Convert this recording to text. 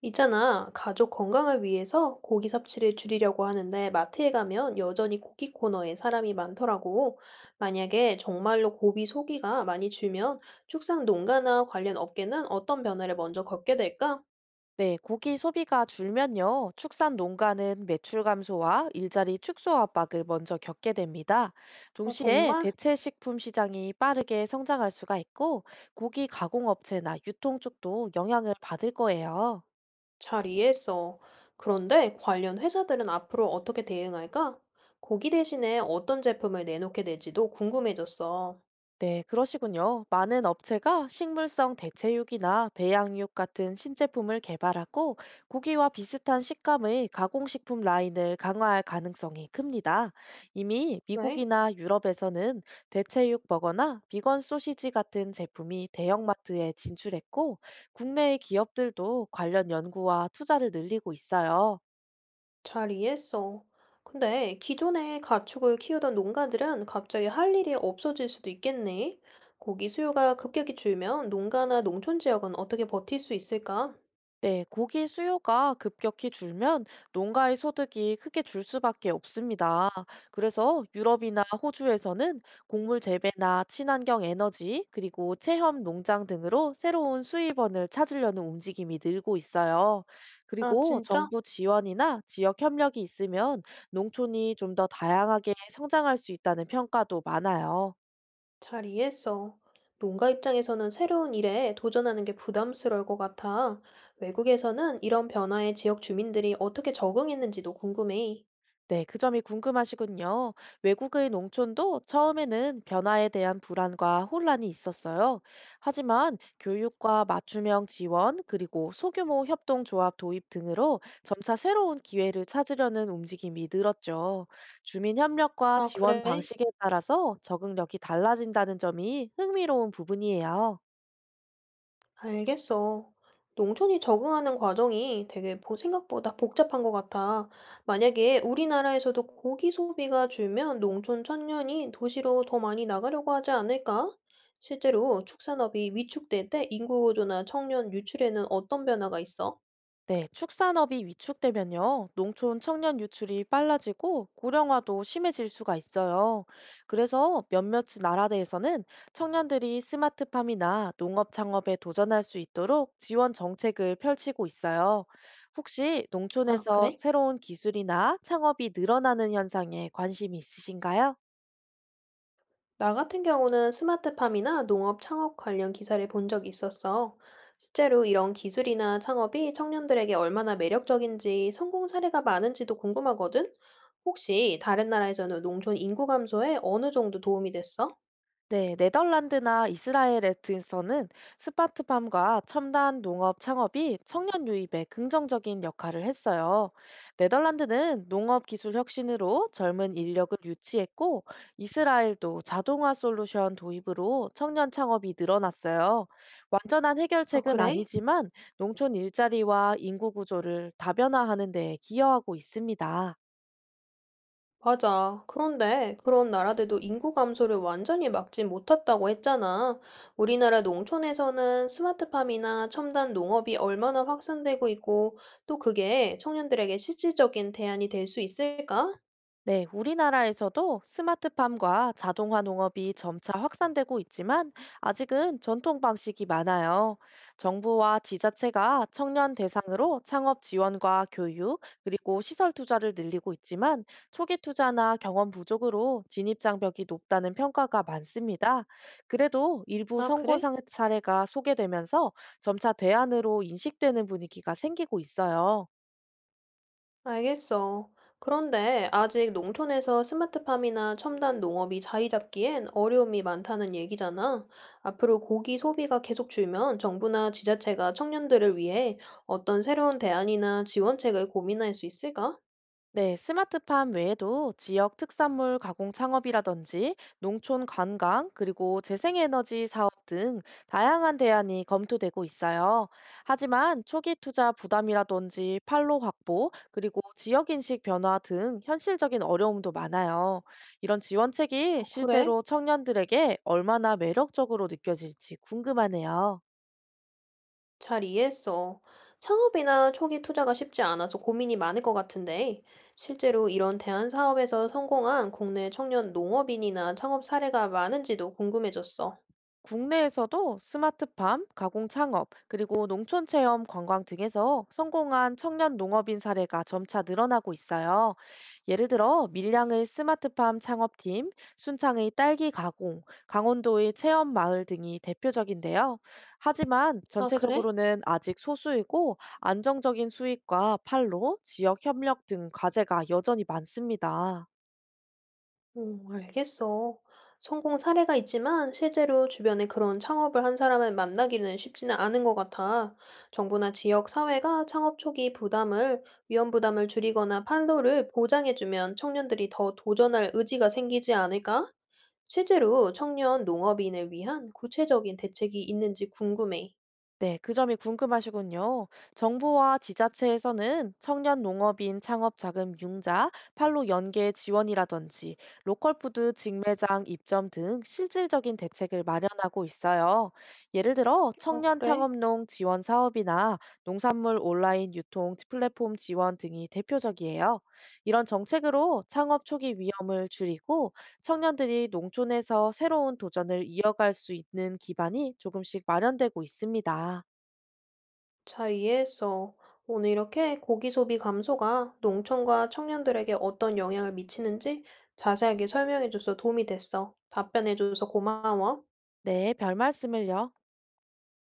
있잖아, 가족 건강을 위해서 고기 섭취를 줄이려고 하는데 마트에 가면 여전히 고기 코너에 사람이 많더라고. 만약에 정말로 고기 소비가 많이 줄면 축산 농가나 관련 업계는 어떤 변화를 먼저 겪게 될까? 네, 고기 소비가 줄면요, 축산 농가는 매출 감소와 일자리 축소 압박을 먼저 겪게 됩니다. 어, 동시에 정말. 대체 식품 시장이 빠르게 성장할 수가 있고, 고기 가공업체나 유통 쪽도 영향을 받을 거예요. 잘 이해했어. 그런데 관련 회사들은 앞으로 어떻게 대응할까? 고기 대신에 어떤 제품을 내놓게 될지도 궁금해졌어. 네, 그러시군요. 많은 업체가 식물성 대체육이나 배양육 같은 신제품을 개발하고 고기와 비슷한 식감의 가공식품 라인을 강화할 가능성이 큽니다. 이미 왜? 미국이나 유럽에서는 대체육 버거나 비건 소시지 같은 제품이 대형마트에 진출했고 국내의 기업들도 관련 연구와 투자를 늘리고 있어요. 잘 이해했어. 근데 기존에 가축을 키우던 농가들은 갑자기 할 일이 없어질 수도 있겠네. 고기 수요가 급격히 줄면 농가나 농촌 지역은 어떻게 버틸 수 있을까? 네, 고기 수요가 급격히 줄면 농가의 소득이 크게 줄 수밖에 없습니다. 그래서 유럽이나 호주에서는 곡물 재배나 친환경 에너지, 그리고 체험 농장 등으로 새로운 수입원을 찾으려는 움직임이 늘고 있어요. 아, 그리고 진짜? 정부 지원이나 지역 협력이 있으면 농촌이 좀 더 다양하게 성장할 수 있다는 평가도 많아요. 잘 이해했어. 농가 입장에서는 새로운 일에 도전하는 게 부담스러울 것 같아. 외국에서는 이런 변화에 지역 주민들이 어떻게 적응했는지도 궁금해. 네, 그 점이 궁금하시군요. 외국의 농촌도 처음에는 변화에 대한 불안과 혼란이 있었어요. 하지만 교육과 맞춤형 지원, 그리고 소규모 협동조합 도입 등으로 점차 새로운 기회를 찾으려는 움직임이 늘었죠. 주민 협력과 아, 지원 그래. 방식에 따라서 적응력이 달라진다는 점이 흥미로운 부분이에요. 알겠어. 농촌이 적응하는 과정이 되게 생각보다 복잡한 것 같아. 만약에 우리나라에서도 고기 소비가 줄면 농촌 청년이 도시로 더 많이 나가려고 하지 않을까? 실제로 축산업이 위축될 때 인구 구조나 청년 유출에는 어떤 변화가 있어? 네, 축산업이 위축되면요, 농촌 청년 유출이 빨라지고 고령화도 심해질 수가 있어요. 그래서 몇몇 나라에서는 청년들이 스마트팜이나 농업 창업에 도전할 수 있도록 지원 정책을 펼치고 있어요. 혹시 아, 농촌에서 그래? 새로운 기술이나 창업이 늘어나는 현상에 관심이 있으신가요? 나 같은 경우는 스마트팜이나 농업 창업 관련 기사를 본 적이 있었어. 실제로 이런 기술이나 창업이 청년들에게 얼마나 매력적인지 성공 사례가 많은지도 궁금하거든? 혹시 다른 나라에서는 농촌 인구 감소에 어느 정도 도움이 됐어? 네, 네덜란드나 이스라엘에서는 스마트팜과 첨단 농업 창업이 청년 유입에 긍정적인 역할을 했어요. 네덜란드는 농업 기술 혁신으로 젊은 인력을 유치했고, 이스라엘도 자동화 솔루션 도입으로 청년 창업이 늘어났어요. 완전한 아, 해결책은 그래? 아니지만 농촌 일자리와 인구 구조를 다변화하는 데 기여하고 있습니다. 맞아. 그런데 그런 나라들도 인구 감소를 완전히 막지 못했다고 했잖아. 우리나라 농촌에서는 스마트팜이나 첨단 농업이 얼마나 확산되고 있고, 또 그게 청년들에게 실질적인 대안이 될 수 있을까? 네, 우리나라에서도 스마트팜과 자동화 농업이 점차 확산되고 있지만 아직은 전통 방식이 많아요. 정부와 지자체가 청년 대상으로 창업 지원과 교육, 그리고 시설 투자를 늘리고 있지만 초기 투자나 경험 부족으로 진입 장벽이 높다는 평가가 많습니다. 그래도 일부 아, 그래? 사례가 소개되면서 점차 대안으로 인식되는 분위기가 생기고 있어요. 알겠어. 그런데 아직 농촌에서 스마트팜이나 첨단 농업이 자리 잡기엔 어려움이 많다는 얘기잖아. 앞으로 고기 소비가 계속 줄면 정부나 지자체가 청년들을 위해 어떤 새로운 대안이나 지원책을 고민할 수 있을까? 네, 스마트팜 외에도 지역 특산물 가공 창업이라든지 농촌 관광, 그리고 재생에너지 사업 등 다양한 대안이 검토되고 있어요. 하지만 초기 투자 부담이라든지 판로 확보, 그리고 지역 인식 변화 등 현실적인 어려움도 많아요. 이런 지원책이 어, 그래? 실제로 청년들에게 얼마나 매력적으로 느껴질지 궁금하네요. 잘 이해했어. 창업이나 초기 투자가 쉽지 않아서 고민이 많을 것 같은데, 실제로 이런 대안 사업에서 성공한 국내 청년 농업인이나 창업 사례가 많은지도 궁금해졌어. 국내에서도 스마트팜, 가공 창업, 그리고 농촌 체험 관광 등에서 성공한 청년 농업인 사례가 점차 늘어나고 있어요. 예를 들어 밀양의 스마트팜 창업팀, 순창의 딸기 가공, 강원도의 체험 마을 등이 대표적인데요. 하지만 아, 그래? 전체적으로는 아직 소수이고 안정적인 수익과 판로, 지역 협력 등 과제가 여전히 많습니다. 알겠어. 성공 사례가 있지만 실제로 주변에 그런 창업을 한 사람을 만나기는 쉽지는 않은 것 같아. 정부나 지역 사회가 창업 초기 부담을, 위험 부담을 줄이거나 판로를 보장해주면 청년들이 더 도전할 의지가 생기지 않을까? 실제로 청년 농업인을 위한 구체적인 대책이 있는지 궁금해. 네, 그 점이 궁금하시군요. 정부와 지자체에서는 청년 농업인 창업 자금 융자, 판로 연계 지원이라든지 로컬 푸드 직매장 입점 등 실질적인 대책을 마련하고 있어요. 예를 들어 어, 청년 그래. 창업농 지원 사업이나 농산물 온라인 유통 플랫폼 지원 등이 대표적이에요. 이런 정책으로 창업 초기 위험을 줄이고 청년들이 농촌에서 새로운 도전을 이어갈 수 있는 기반이 조금씩 마련되고 있습니다. 잘 이해했어. 오늘 이렇게 고기 소비 감소가 농촌과 청년들에게 어떤 영향을 미치는지 자세하게 설명해줘서 도움이 됐어. 답변해줘서 고마워. 네, 별 말씀을요.